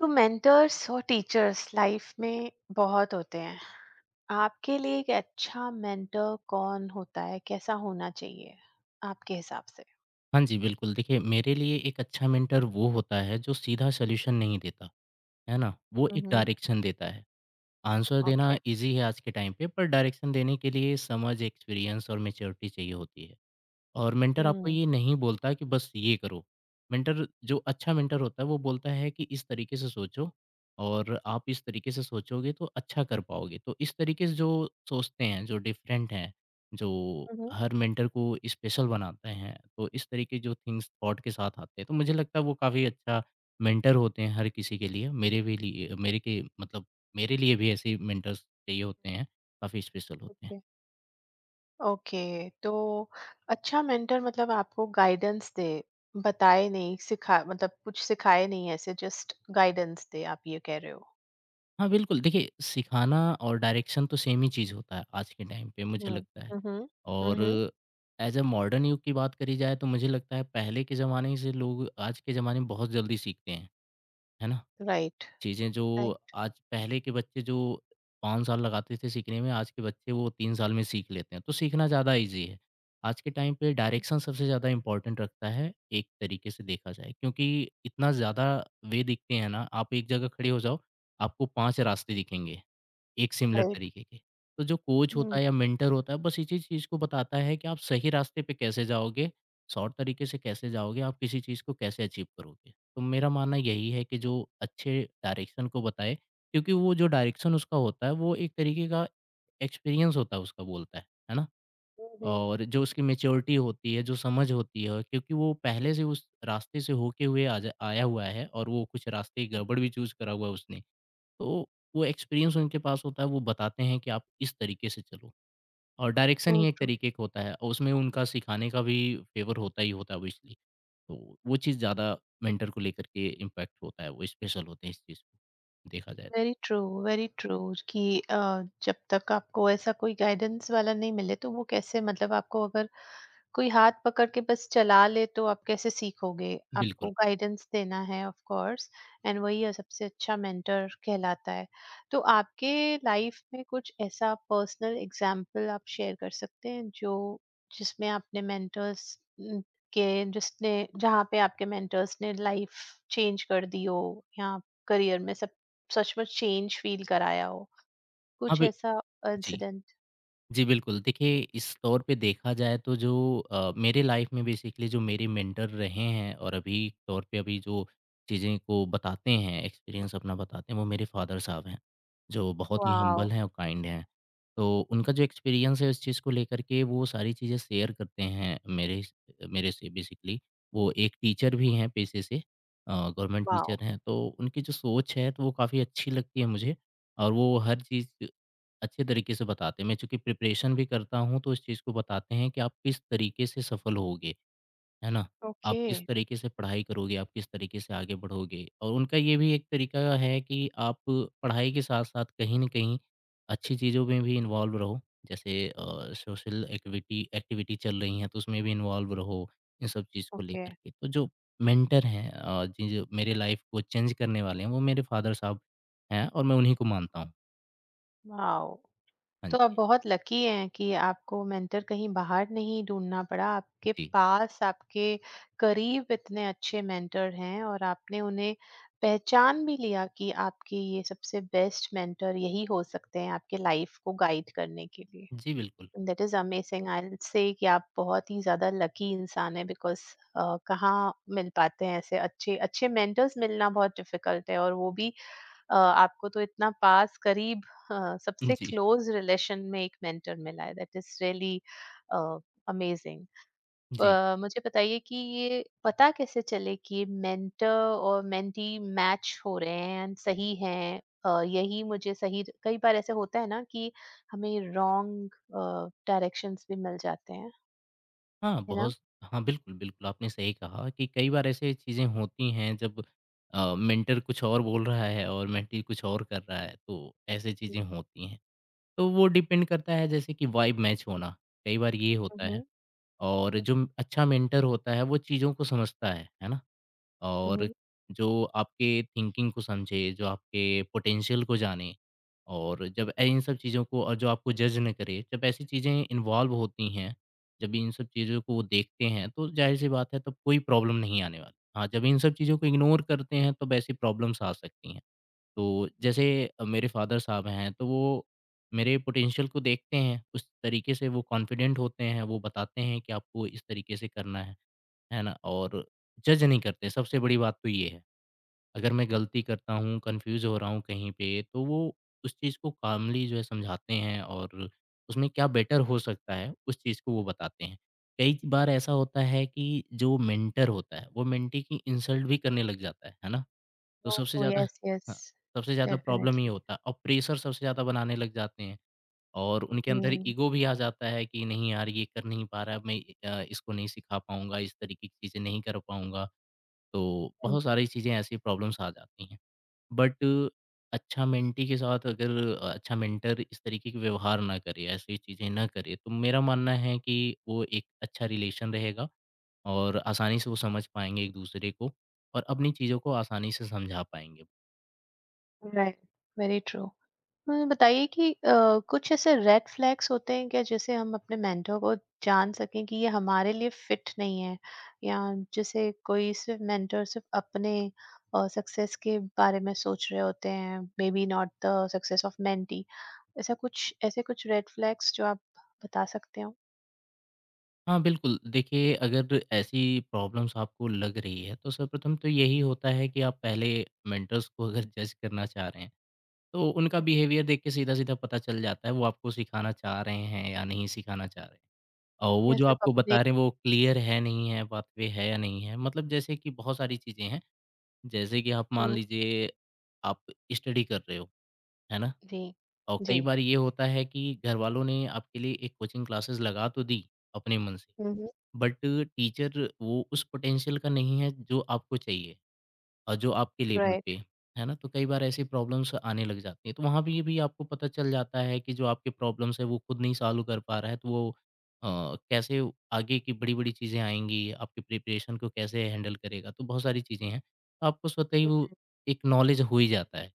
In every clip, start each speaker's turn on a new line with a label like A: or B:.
A: तो मेंटर्स और teachers life में बहुत होते हैं। आपके लिए एक अच्छा मेंटर कौन होता है, कैसा होना चाहिए आपके हिसाब से?
B: हाँ जी, बिल्कुल। देखिए, मेरे लिए एक अच्छा मेंटर वो होता है जो सीधा सॉल्यूशन नहीं देता, है ना? वो एक
A: हम्म।
B: डायरेक्शन देता है। आंसर देना
A: ओके।
B: ईज़ी है आज के टाइम पे पर डायरेक्शन देने के लिए समझ, एक्सपीरियंस और मैच्योरिटी चाहिए होती है। और मेंटर आपको
A: हम्म।
B: ये नहीं बोलता कि बस ये करो। मेंटर जो अच्छा मेंटर होता है वो बोलता है कि इस तरीके से सोचो और आप इस तरीके से सोचोगे तो अच्छा कर पाओगे। तो इस तरीके से जो सोचते हैं, जो डिफरेंट हैं, जो
A: हम्म।
B: हर मेंटर को स्पेशल बनाते हैं, तो इस तरीके जो थिंग्स थॉट के साथ आते हैं, तो मुझे लगता है वो काफ़ी अच्छा मेंटर होते हैं हर किसी के लिए। मेरे भी लिए मेरे के मतलब मेरे लिए भी ऐसे ही मेंटर्स चाहिए होते हैं, काफ़ी स्पेशल होते हैं।
A: ओके। ओके। तो अच्छा मेंटर मतलब आपको गाइडेंस दे, बताए नहीं, सिखा मतलब कुछ सिखाए नहीं, ऐसे जस्ट गाइडेंस दे, आप ये कह रहे हो?
B: हाँ, बिल्कुल। देखिए, सिखाना और डायरेक्शन तो सेम ही चीज़ होता है आज के टाइम पे मुझे लगता है।
A: हम्म। हम्म।
B: और
A: हम्म।
B: एज़ अ मॉडर्न युग की बात करी जाए तो मुझे लगता है पहले के ज़माने से लोग आज के ज़माने में बहुत जल्दी सीखते हैं, है ना?
A: राइट।
B: चीज़ें जो
A: राइट।
B: आज पहले के बच्चे जो 5 साल लगाते थे सीखने में, आज के बच्चे वो 3 साल में सीख लेते हैं, तो सीखना ज़्यादा ईज़ी है। आज के टाइम पे डायरेक्शन सबसे ज़्यादा इम्पोर्टेंट रखता है एक तरीके से देखा जाए क्योंकि इतना ज़्यादा वे दिखते हैं ना, आप एक जगह खड़े हो जाओ, आपको 5 रास्ते दिखेंगे। एक सिमिलर
A: राइट।
B: तरीके के। तो जो कोच होता
A: हम्म।
B: है या मेंटर होता है बस इसी चीज़ को बताता है कि आप सही रास्ते पे कैसे जाओगे, शॉर्ट तरीके से कैसे जाओगे, आप किसी चीज़ को कैसे अचीव करोगे। तो मेरा मानना यही है कि जो अच्छे डायरेक्शन को बताए क्योंकि वो जो डायरेक्शन उसका होता है वो एक तरीके का एक्सपीरियंस होता है उसका बोलता है ना? और जो उसकी मैच्योरिटी होती है, जो समझ होती है क्योंकि वो पहले से उस रास्ते से होके हुए आ जा आया हुआ है और वो कुछ रास्ते गड़बड़ भी चूज़ करा हुआ है उसने। तो वो एक्सपीरियंस उनके पास होता है, वो बताते हैं कि आप इस तरीके से चलो और डायरेक्शन ही एक
A: ट्रू।
B: तरीके का होता है और उसमें उनका सिखाने का भी फेवर होता ही होता है ऑब्वियसली। तो वो चीज़ ज़्यादा मेंटर को लेकर के इम्पैक्ट होता है, वो स्पेशल होते हैं इस चीज़ को, देखा जाए तो।
A: Very true. Very true. कि अ, जब तक आपको ऐसा कोई गाइडेंस वाला नहीं मिले तो वो कैसे, मतलब आपको अगर कोई हाथ पकड़ के बस चला ले तो आप कैसे सीखोगे?
B: बिल्कुल।
A: आपको गाइडेंस देना है ऑफ कोर्स, एंड वही है सबसे अच्छा मेंटर कहलाता है। तो आपके लाइफ में कुछ ऐसा पर्सनल एग्जाम्पल आप शेयर कर सकते हैं जो जिसमें आपने मेंटर्स के जिसने जहाँ पे आपके मेंटर्स ने लाइफ चेंज कर दी हो या करियर में सब सच में चेंज फील कराया हो?
B: हाँ,
A: कुछ
B: बि
A: ऐसा
B: जी।
A: इंसिडेंट?
B: जी, बिल्कुल। देखिए, इस तौर पे देखा जाए तो जो मेरे लाइफ़ में बेसिकली जो मेरे मेंटर रहे हैं और अभी तौर पे अभी जो चीज़ें को बताते हैं, एक्सपीरियंस अपना बताते हैं, वो मेरे फ़ादर साहब हैं, जो बहुत ही
A: वाओ!
B: हम्बल हैं और काइंड हैं। तो उनका जो एक्सपीरियंस है इस चीज़ को लेकर के, वो सारी चीज़ें शेयर करते हैं मेरे से बेसिकली। वो एक टीचर भी हैं पेशे से गवर्नमेंट
A: वाओ!
B: टीचर हैं, तो उनकी जो सोच है, तो वो काफ़ी अच्छी लगती है मुझे और वो हर चीज़ अच्छे तरीके से बताते हैं। मैं चूँकि प्रिपरेशन भी करता हूँ, तो इस चीज़ को बताते हैं कि आप किस तरीके से सफल होगे, है ना? आप
A: ओके।
B: किस तरीके से पढ़ाई करोगे, आप किस तरीके से आगे बढ़ोगे और उनका ये भी एक तरीका है कि आप पढ़ाई के साथ-साथ कहीं न कहीं अच्छी चीज़ों में भी इन्वॉल्व रहो। जैसे सोशल एक्टिविटी एक्टिविटी चल रही हैं, तो उसमें भी इन्वॉल्व रहो, इन सब चीज़ को
A: ओके।
B: लेकर के। तो जो मेंटर हैं जी जो मेरे लाइफ़ को चेंज करने वाले हैं, वो मेरे फादर साहब हैं और मैं उन्हीं को मानता हूँ।
A: वाओ!
B: हाँ
A: तो आप
B: जी।
A: बहुत लकी हैं कि आपको मेंटर कहीं बाहर नहीं ढूँढना पड़ा। आपके
B: जी।
A: पास, आपके करीब इतने अच्छे मेंटर हैं और आपने उन्हें पहचान भी लिया कि आपके ये सबसे बेस्ट मेंटर यही हो सकते हैं आपके लाइफ को गाइड करने के लिए।
B: जी, बिल्कुल।
A: That is amazing, I will say कि आप बहुत ही ज्यादा लकी इंसान है बिकॉज कहाँ मिल पाते हैं ऐसे अच्छे अच्छे मेंटर्स, मिलना बहुत डिफिकल्ट है और वो भी आपको तो इतना पास, करीब सबसे
B: जी,
A: क्लोज रिलेशन में एक मेंटर मिला है, दैट इज रियली अमेजिंग।
B: जी।
A: मुझे बताइए कि ये पता कैसे चले कि मेंटर और मेंटी मैच हो रहे हैं एंड सही हैं, यही मुझे सही, कई बार ऐसे होता है ना कि हमें रॉन्ग डायरेक्शंस भी मिल जाते हैं,
B: हाँ,
A: है ना?
B: बहुत हाँ, बिल्कुल, बिल्कुल, आपने सही कहा कि कई बार ऐसे चीज़ें होती हैं जब मेंटर कुछ और बोल रहा है और मेंटी कुछ और कर रहा है, तो ऐसी चीज़ें होती हैं। तो वो डिपेंड करता है जैसे कि वाइब मैच होना, कई बार ये होता है
A: हम्म।
B: और जो अच्छा मेंटर होता है, वो चीज़ों को समझता है ना? और
A: हम्म।
B: जो आपके थिंकिंग को समझे, जो आपके पोटेंशियल को जाने और जब इन सब चीज़ों को और जो आपको जज ना करे, जब ऐसी चीज़ें इन्वॉल्व होती हैं, जब इन सब चीज़ों को वो देखते हैं, तो ज़ाहिर-सी बात है तब कोई प्रॉब्लम नहीं आने वाली। हाँ, जब इन सब चीज़ों को इग्नोर करते हैं तब ऐसी प्रॉब्लम्स आ सकती हैं। तो जैसे मेरे फादर साहब हैं, तो वो मेरे पोटेंशियल को देखते हैं, उस तरीके से वो कॉन्फिडेंट होते हैं, वो बताते हैं कि आपको इस तरीके से करना है। है ना? और जज नहीं करते, सबसे बड़ी बात तो ये है। अगर मैं गलती करता हूँ, कन्फ्यूज़ हो रहा हूँ कहीं पे, तो वो उस चीज़ को काल्मली जो है समझाते हैं और उसमें क्या बेटर हो सकता है, उस चीज़ को वो बताते हैं। कई बार ऐसा होता है कि जो मेंटर होता है, वो मेंटी की इंसल्ट भी करने लग जाता है ना? तो सबसे ज़्यादा
A: यस, यस।
B: हाँ, सबसे ज़्यादा प्रॉब्लम ये
A: डेफिनेटली।
B: होता है और प्रेशर सबसे ज़्यादा बनाने लग जाते हैं। और उनके अंदर
A: हम्म।
B: ईगो भी आ जाता है कि नहीं यार ये कर नहीं पा रहा है, मैं इसको नहीं सिखा पाऊँगा, इस तरीके की चीज़ें नहीं कर पाऊँगा। तो बहुत सारी चीज़ें ऐसी प्रॉब्लम्स आ जाती हैं। बट अच्छा मेंटी के साथ अगर अच्छा मेंटर इस तरीके के व्यवहार ना करे, ऐसी चीज़ें ना करे, तो मेरा मानना है कि वो एक अच्छा रिलेशन रहेगा और आसानी से वो समझ पाएँगे एक-दूसरे को और अपनी चीज़ों को आसानी से समझा पाएँगे।
A: राइट। Very true. मुझे बताइए कि कुछ ऐसे रेड फ्लैग्स होते हैं क्या जैसे हम अपने मेंटर को जान सकें कि ये हमारे लिए फिट नहीं है, या जैसे कोई सिर्फ मेंटर सिर्फ अपने सक्सेस के बारे में सोच रहे होते हैं, maybe not the success of mentee, ऐसा कुछ, ऐसे कुछ रेड फ्लैग्स जो आप बता सकते हो?
B: हाँ, बिल्कुल। देखिए, अगर ऐसी प्रॉब्लम्स आपको लग रही है, तो सर्वप्रथम तो यही होता है कि आप पहले मेंटर्स को अगर जज करना चाह रहे हैं, तो उनका
A: हम्म।
B: बिहेवियर देख के सीधा-सीधा पता चल जाता है, वो आपको सिखाना चाह रहे हैं या नहीं सिखाना चाह रहे हैं। और वो
A: या
B: जो
A: सिर्फ
B: आपको
A: अपने।
B: बता रहे हैं, वो क्लियर है, नहीं है, पाथवे है या नहीं है। मतलब जैसे कि बहुत सारी चीज़ें हैं, जैसे कि आप मान
A: हम्म।
B: लीजिए, आप स्टडी कर रहे हो, है ना?
A: जी।
B: और
A: जी।
B: कई बार ये होता है कि घर वालों ने आपके लिए एक कोचिंग क्लासेस लगा तो दी, अपने मन से।
A: हम्म।
B: बट टीचर वो उस पोटेंशियल का नहीं है जो आपको चाहिए और जो आपके लेवल
A: राइट।
B: पे है ना तो कई बार ऐसी प्रॉब्लम्स आने लग जाती हैं तो वहाँ भी आपको पता चल जाता है कि जो आपके प्रॉब्लम्स है वो खुद नहीं सॉल्व कर पा रहा है तो वो कैसे आगे की बड़ी बड़ी चीज़ें आएंगी आपके प्रिपरेशन को कैसे हैंडल करेगा तो बहुत सारी चीज़ें हैं तो आपको स्वतः ही वो एक नॉलेज हो ही जाता है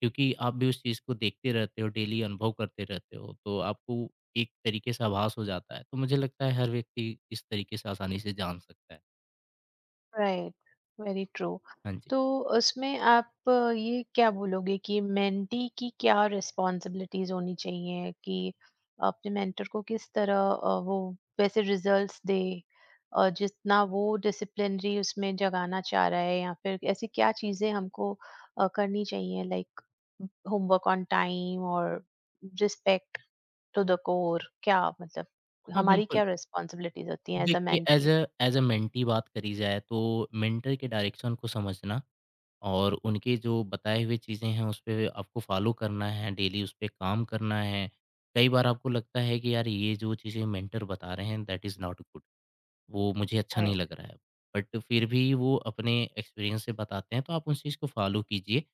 B: क्योंकि आप भी उस चीज़ को देखते रहते हो, डेली अनुभव करते रहते हो, तो आपको एक तरीके से आभास हो जाता है। तो मुझे लगता है हर व्यक्ति इस तरीके से आसानी से जान सकता है।
A: राइट। Very true.
B: हाँ जी।
A: तो उसमें आप ये क्या बोलोगे कि मेंटी की क्या रिस्पॉन्सिबिलिटीज होनी चाहिए कि अपने मेंटर को किस तरह, वो वैसे रिजल्ट्स दे और जितना वो डिसिप्लिनरी उसमें जगाना चाह रहा है, या फिर ऐसी क्या चीजें हमको करनी चाहिए, लाइक होमवर्क ऑन टाइम और रिस्पेक्ट टू द कोर, क्या मतलब
B: हाँ,
A: हमारी
B: बिल्कुल।
A: क्या रिस्पॉन्सिबिलिटीज होती हैं एज अ
B: देखिए as
A: mentee?
B: Uh as a mentee बात करी जाए तो मेंटर के डायरेक्शन को समझना और उनके जो बताए हुए चीज़ें हैं उस पे आपको फ़ॉलो करना है, डेली उस पे काम करना है। कई बार आपको लगता है कि यार ये जो चीज़ें मेंटर बता रहे हैं दैट इज़ नॉट गुड। वो मुझे अच्छा नहीं
A: राइट।
B: लग रहा है। बट फिर भी वो अपने एक्सपीरियंस से बताते हैं तो आप उस चीज़ को फ़ॉलो कीजिए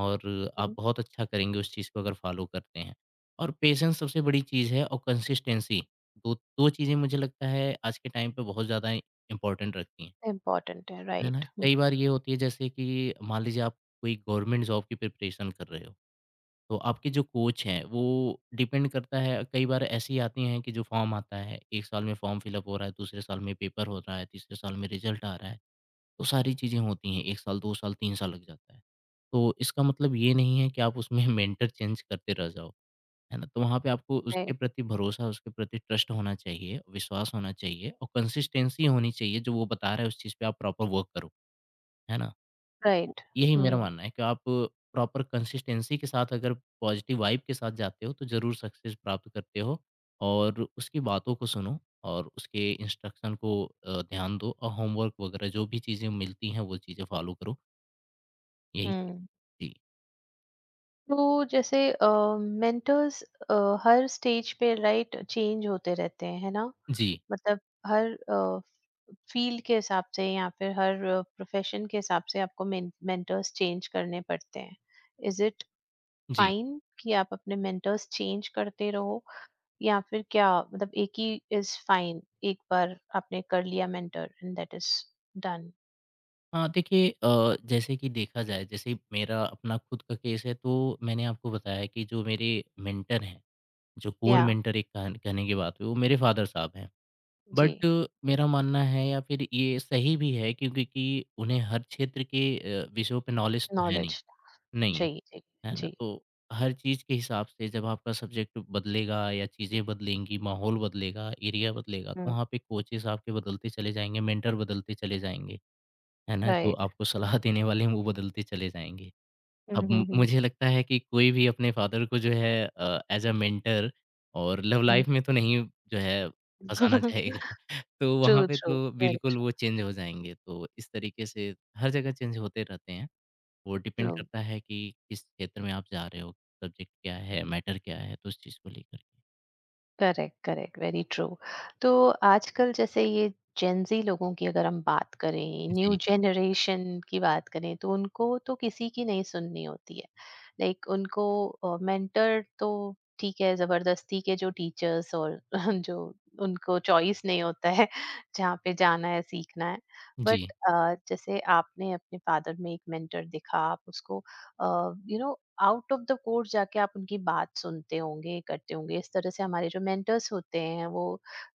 B: और आप बहुत अच्छा करेंगे उस चीज़ को अगर फ़ॉलो करते हैं। और पेशेंस सबसे बड़ी चीज़ है और कंसिस्टेंसी, दो 2 चीज़ें मुझे लगता है आज के टाइम पे बहुत ज़्यादा इम्पोर्टेंट रखती हैं।
A: इम्पोर्टेंट है,
B: है ना?
A: राइट। हुँ।
B: कई बार ये होती है जैसे कि मान लीजिए आप कोई गवर्नमेंट जॉब की प्रिपरेशन कर रहे हो। तो आपके जो कोच हैं वो डिपेंड करता है, कई बार ऐसी आती हैं कि जो फॉर्म आता है, एक साल में फॉर्म फिलअप हो रहा है, दूसरे साल में पेपर हो रहा है, तीसरे साल में रिजल्ट आ रहा है। तो सारी चीज़ें होती हैं, एक साल 2 साल 3 साल लग जाता है। तो इसका मतलब ये नहीं है कि आप उसमें मेंटर चेंज करते रह जाओ। है ना? तो वहाँ पे आपको उसके
A: राइट,
B: प्रति भरोसा, उसके प्रति ट्रस्ट होना चाहिए, विश्वास होना चाहिए और कंसिस्टेंसी होनी चाहिए। जो वो बता रहा है, उस चीज़ पे आप प्रॉपर वर्क करो। है ना।
A: राइट।
B: यही मेरा
A: हुँ,
B: मानना है कि आप प्रॉपर कंसिस्टेंसी के साथ अगर पॉजिटिव वाइब के साथ जाते हो तो ज़रूर सक्सेस प्राप्त करते हो। और उसकी बातों को सुनो और उसके इंस्ट्रक्शन को ध्यान दो, और होमवर्क वगैरह जो भी चीज़ें मिलती हैं, वो चीज़ें फॉलो करो। यही चीज़।
A: हुँ।
B: जी।
A: तो जैसे मेंटर्स अ, हर स्टेज पे राइट चेंज होते रहते हैं, है ना?
B: जी।
A: मतलब हर फील्ड के हिसाब से या फिर हर प्रोफ़ेशन के हिसाब से आपको मेन मेंटर्स चेंज करने पड़ते हैं। Is it
B: ji.
A: फाइन कि आप अपने मेंटर्स चेंज करते रहो या फिर क्या मतलब एक ही इज़ फाइन, एक बार आपने कर लिया mentor and that is done?
B: हाँ, देखिए जैसे कि देखा जाए, जैसे मेरा अपना खुद का केस है, तो मैंने आपको बताया कि जो मेरे मेंटर हैं, जो कोर
A: या।
B: मेंटर एक कहने की बात हुई, वो मेरे फादर साहब हैं।
A: जी।
B: बट मेरा मानना है या फिर ये सही भी है, क्योंकि कि उन्हें हर क्षेत्र के विषयों पे नॉलेज तो है नहीं,
A: नॉलेज।
B: नहीं है,
A: जी, जी।
B: है ना?
A: जी।
B: तो हर चीज़ के हिसाब से जब आपका सब्जेक्ट बदलेगा या चीज़ें बदलेंगी, माहौल बदलेगा, एरिया बदलेगा, तो
A: हुँ।
B: वहाँ पे कोचेस आपके बदलते चले जाएँगे, मेंटर बदलते चले जाएँगे, है ना? जो
A: राइट।
B: आपको सलाह देने वाले हैं, वो बदलते चले जाएँगे।
A: हुँ,
B: अब मु
A: हुँ, हुँ।
B: मुझे लगता है कि कोई भी अपने फादर को जो है एज़ अ मेंटर और लव
A: हुँ।
B: लाइफ़ में तो नहीं जो है फँसाना चाहेगा। तो वहाँ
A: ट्रू,
B: पे
A: ट्रू,
B: तो
A: वेरी
B: बिल्कुल वो चेंज हो जाएँगे। तो इस तरीके से हर जगह चेंज होते रहते हैं। वो डिपेंड
A: ट्रू।
B: करता है कि किस क्षेत्र में आप जा रहे हो, सब्जेक्ट क्या है, मैटर क्या है, तो उस चीज़ को लेकर के।
A: Correct, correct, very true. तो आजकल जैसे ये जेन ज़ी लोगों की अगर हम बात करें, न्यू
B: जी,
A: जनरेशन की बात करें, तो उनको तो किसी की नहीं सुननी होती है। लाइक उनको मेंटर तो ठीक है, ज़बरदस्ती के जो टीचर्स और जो उनको चॉइस नहीं होता है, जहाँ पे जाना है, सीखना है।
B: जी।
A: बट जैसे आपने अपने फादर में एक मेंटर दिखा, आप उसको uh, you know, out of the court जाके आप उनकी बात सुनते होंगे, करते होंगे, इस तरह से हमारे जो मेंटर्स होते हैं वो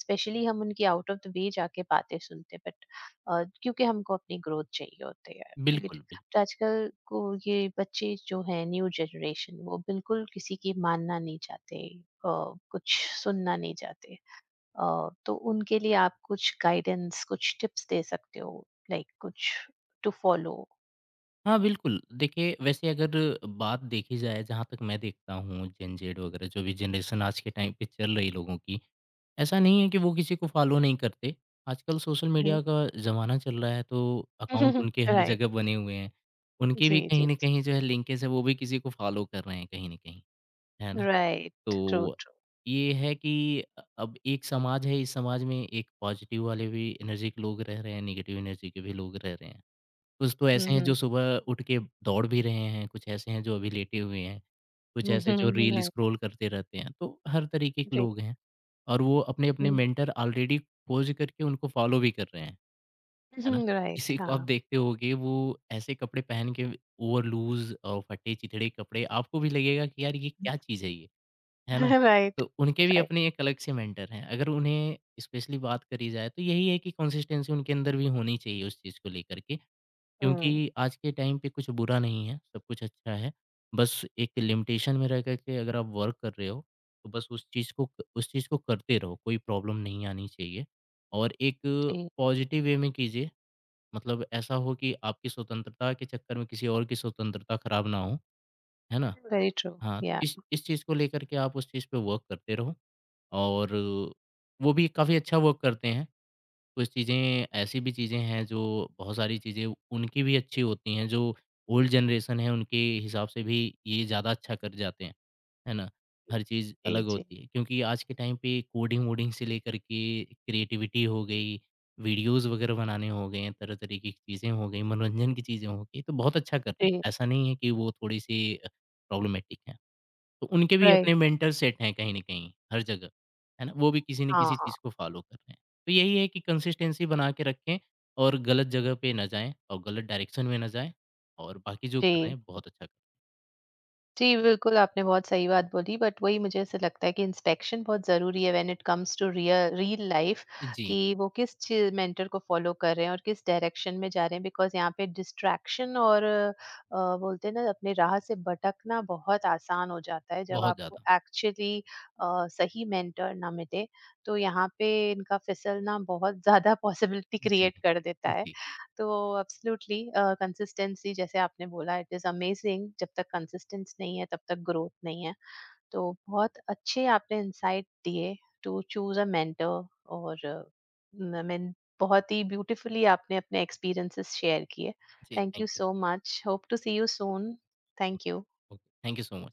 A: स्पेशली हम उनकी आउट ऑफ द वे जाके बातें सुनते हैं, बट क्योंकि हमको अपनी ग्रोथ चाहिए होती है, राइट?
B: बिल्कुल, बिल्कुल।
A: तो आजकल को ये बच्चे जो हैं, न्यू जनरेशन, वो बिल्कुल किसी की मानना नहीं चाहते, कुछ सुनना नहीं चाहते, तो उनके लिए आप कुछ गाइडेंस, कुछ टिप्स दे सकते हो लाइक कुछ टू फॉलो?
B: हाँ, बिल्कुल। देखिए, वैसे अगर बात देखी जाए, जहाँ तक मैं देखता हूँ, जेन ज़ेड वगैरह जो भी जनरेशन आज के टाइम पे चल रही है लोगों की, ऐसा नहीं है कि वो किसी को फॉलो नहीं करते। आजकल सोशल मीडिया
A: राइट।
B: का ज़माना चल रहा है, तो अकाउंट उनके हर जगह बने हुए हैं। उनके
A: जी।
B: भी
A: जी।
B: कहीं न कहीं जो है लिंकेज है, वो भी किसी को फॉलो कर रहे हैं कहीं न कहीं, है ना?
A: Right. True,
B: तो
A: true.
B: ये है कि अब एक समाज है, इस समाज में एक पॉजिटिव वाले भी एनर्जी के लोग रह रहे हैं, नेगेटिव एनर्जी के भी लोग रह रहे हैं। कुछ तो ऐसे हैं जो
A: Mhm.
B: सुबह उठ के दौड़ भी रहे हैं, कुछ ऐसे हैं जो अभी लेटे हुए हैं, कुछ
A: Hmm.
B: ऐसे जो रील
A: Right.
B: स्क्रॉल करते रहते हैं। तो हर तरीके के
A: Right.
B: लोग हैं। और वो अपने-अपने
A: Mm.
B: मेंटर ऑलरेडी पोज़ करके उनको फ़ॉलो भी कर रहे हैं, है ना?
A: Right,
B: किसी को आप
A: huh.
B: देखते होंगे वो ऐसे कपड़े पहन के ओवर लूज़ और फटे-चिथड़े कपड़े, आपको भी लगेगा कि यार ये क्या चीज़ है ये, है ना?
A: Right.
B: तो उनके भी
A: Right.
B: अपने एक अलग से मेंटर हैं। अगर उन्हें स्पेशली बात करी जाए, तो यही है कि कंसिस्टेंसी उनके अंदर भी होनी चाहिए उस चीज़ को लेकर के,
A: Mm.
B: क्योंकि आज के टाइम पे कुछ बुरा नहीं है, सब कुछ अच्छा है। बस एक लिमिटेशन में रह कर के अगर आप वर्क कर रहे हो, तो बस उस चीज़ को करते रहो, कोई प्रॉब्लम नहीं आनी चाहिए। और एक
A: जी,
B: पॉज़िटिव वे में कीजिए, मतलब ऐसा हो कि आपकी स्वतंत्रता के चक्कर में किसी और की स्वतंत्रता खराब ना हो, है ना?
A: very true.
B: हाँ, तो
A: Yeah.
B: इस चीज़ को लेकर के आप उस चीज़ पे वर्क करते रहो और वो भी काफ़ी अच्छा वर्क करते हैं। कुछ चीज़ें ऐसी भी चीज़ें हैं जो, बहुत सारी चीज़ें उनकी भी अच्छी होती हैं, जो ओल्ड जनरेशन है उनके हिसाब से भी ये ज़्यादा अच्छा कर जाते हैं, है ना? हर चीज़ अलग
A: जी, जी,
B: होती है, क्योंकि आज के टाइम पे कोडिंग-वोडिंग से लेकर के क्रिएटिविटी हो गई, वीडियोज़ वगैरह बनाने हो गए हैं, तरह तरीके की चीज़ें हो गई, मनोरंजन की चीज़ें हो गई, तो बहुत अच्छा कर रहे
A: जी,
B: हैं। ऐसा नहीं है कि वो थोड़ी-सी प्रॉब्लमैटिक है। तो उनके भी
A: right.
B: अपने मेंटर सेट हैं कहीं न कहीं, हर जगह, है ना? वो भी किसी न किसी
A: हाँ,
B: चीज़ को फ़ॉलो कर रहे हैं। तो यही है कि कंसिस्टेंसी बना के रखें और गलत जगह पे ना जाएँ और गलत डायरेक्शन में ना जाएँ, और बाकी जो कर
A: जी।
B: रहे हैं बहुत अच्छा कर
A: जी, बिल्कुल आपने बहुत सही बात बोली, बट वही मुझे ऐसा लगता है कि इंस्पेक्शन बहुत ज़रूरी है when it comes to real real life
B: रहे हैं। जी,
A: कि वो किस चीज़, मेंटर को फॉलो कर रहे हैं और किस डायरेक्शन में जा रहे हैं, बिकॉज़ यहाँ पे डिस्ट्रैक्शन और बोलते हैं ना, अपने राह से भटकना बहुत आसान हो जाता है जब
B: बहुत
A: आपको
B: ज़्यादा।
A: एक्चुअली सही मेंटर ना मिले, तो यहाँ पे इनका फिसलना बहुत ज़्यादा पॉसिबिलिटी
B: जी।
A: क्रिएट कर देता है।
B: जी।
A: तो एब्सोल्युटली कंसिस्टेंसी, जैसे आपने बोला, इट इज अमेजिंग, जब तक कंसिस्टेंस नहीं है तब तक ग्रोथ नहीं है। तो बहुत अच्छे आपने इंसाइट दिए टू चूज अ मेंटर, और आई मीन बहुत ही ब्यूटीफुली आपने अपने एक्सपीरियंसेस शेयर किए।
B: जी,
A: thank you
B: thank you.
A: So much, hope to see you soon. Thank you.
B: Okay, thank you so much.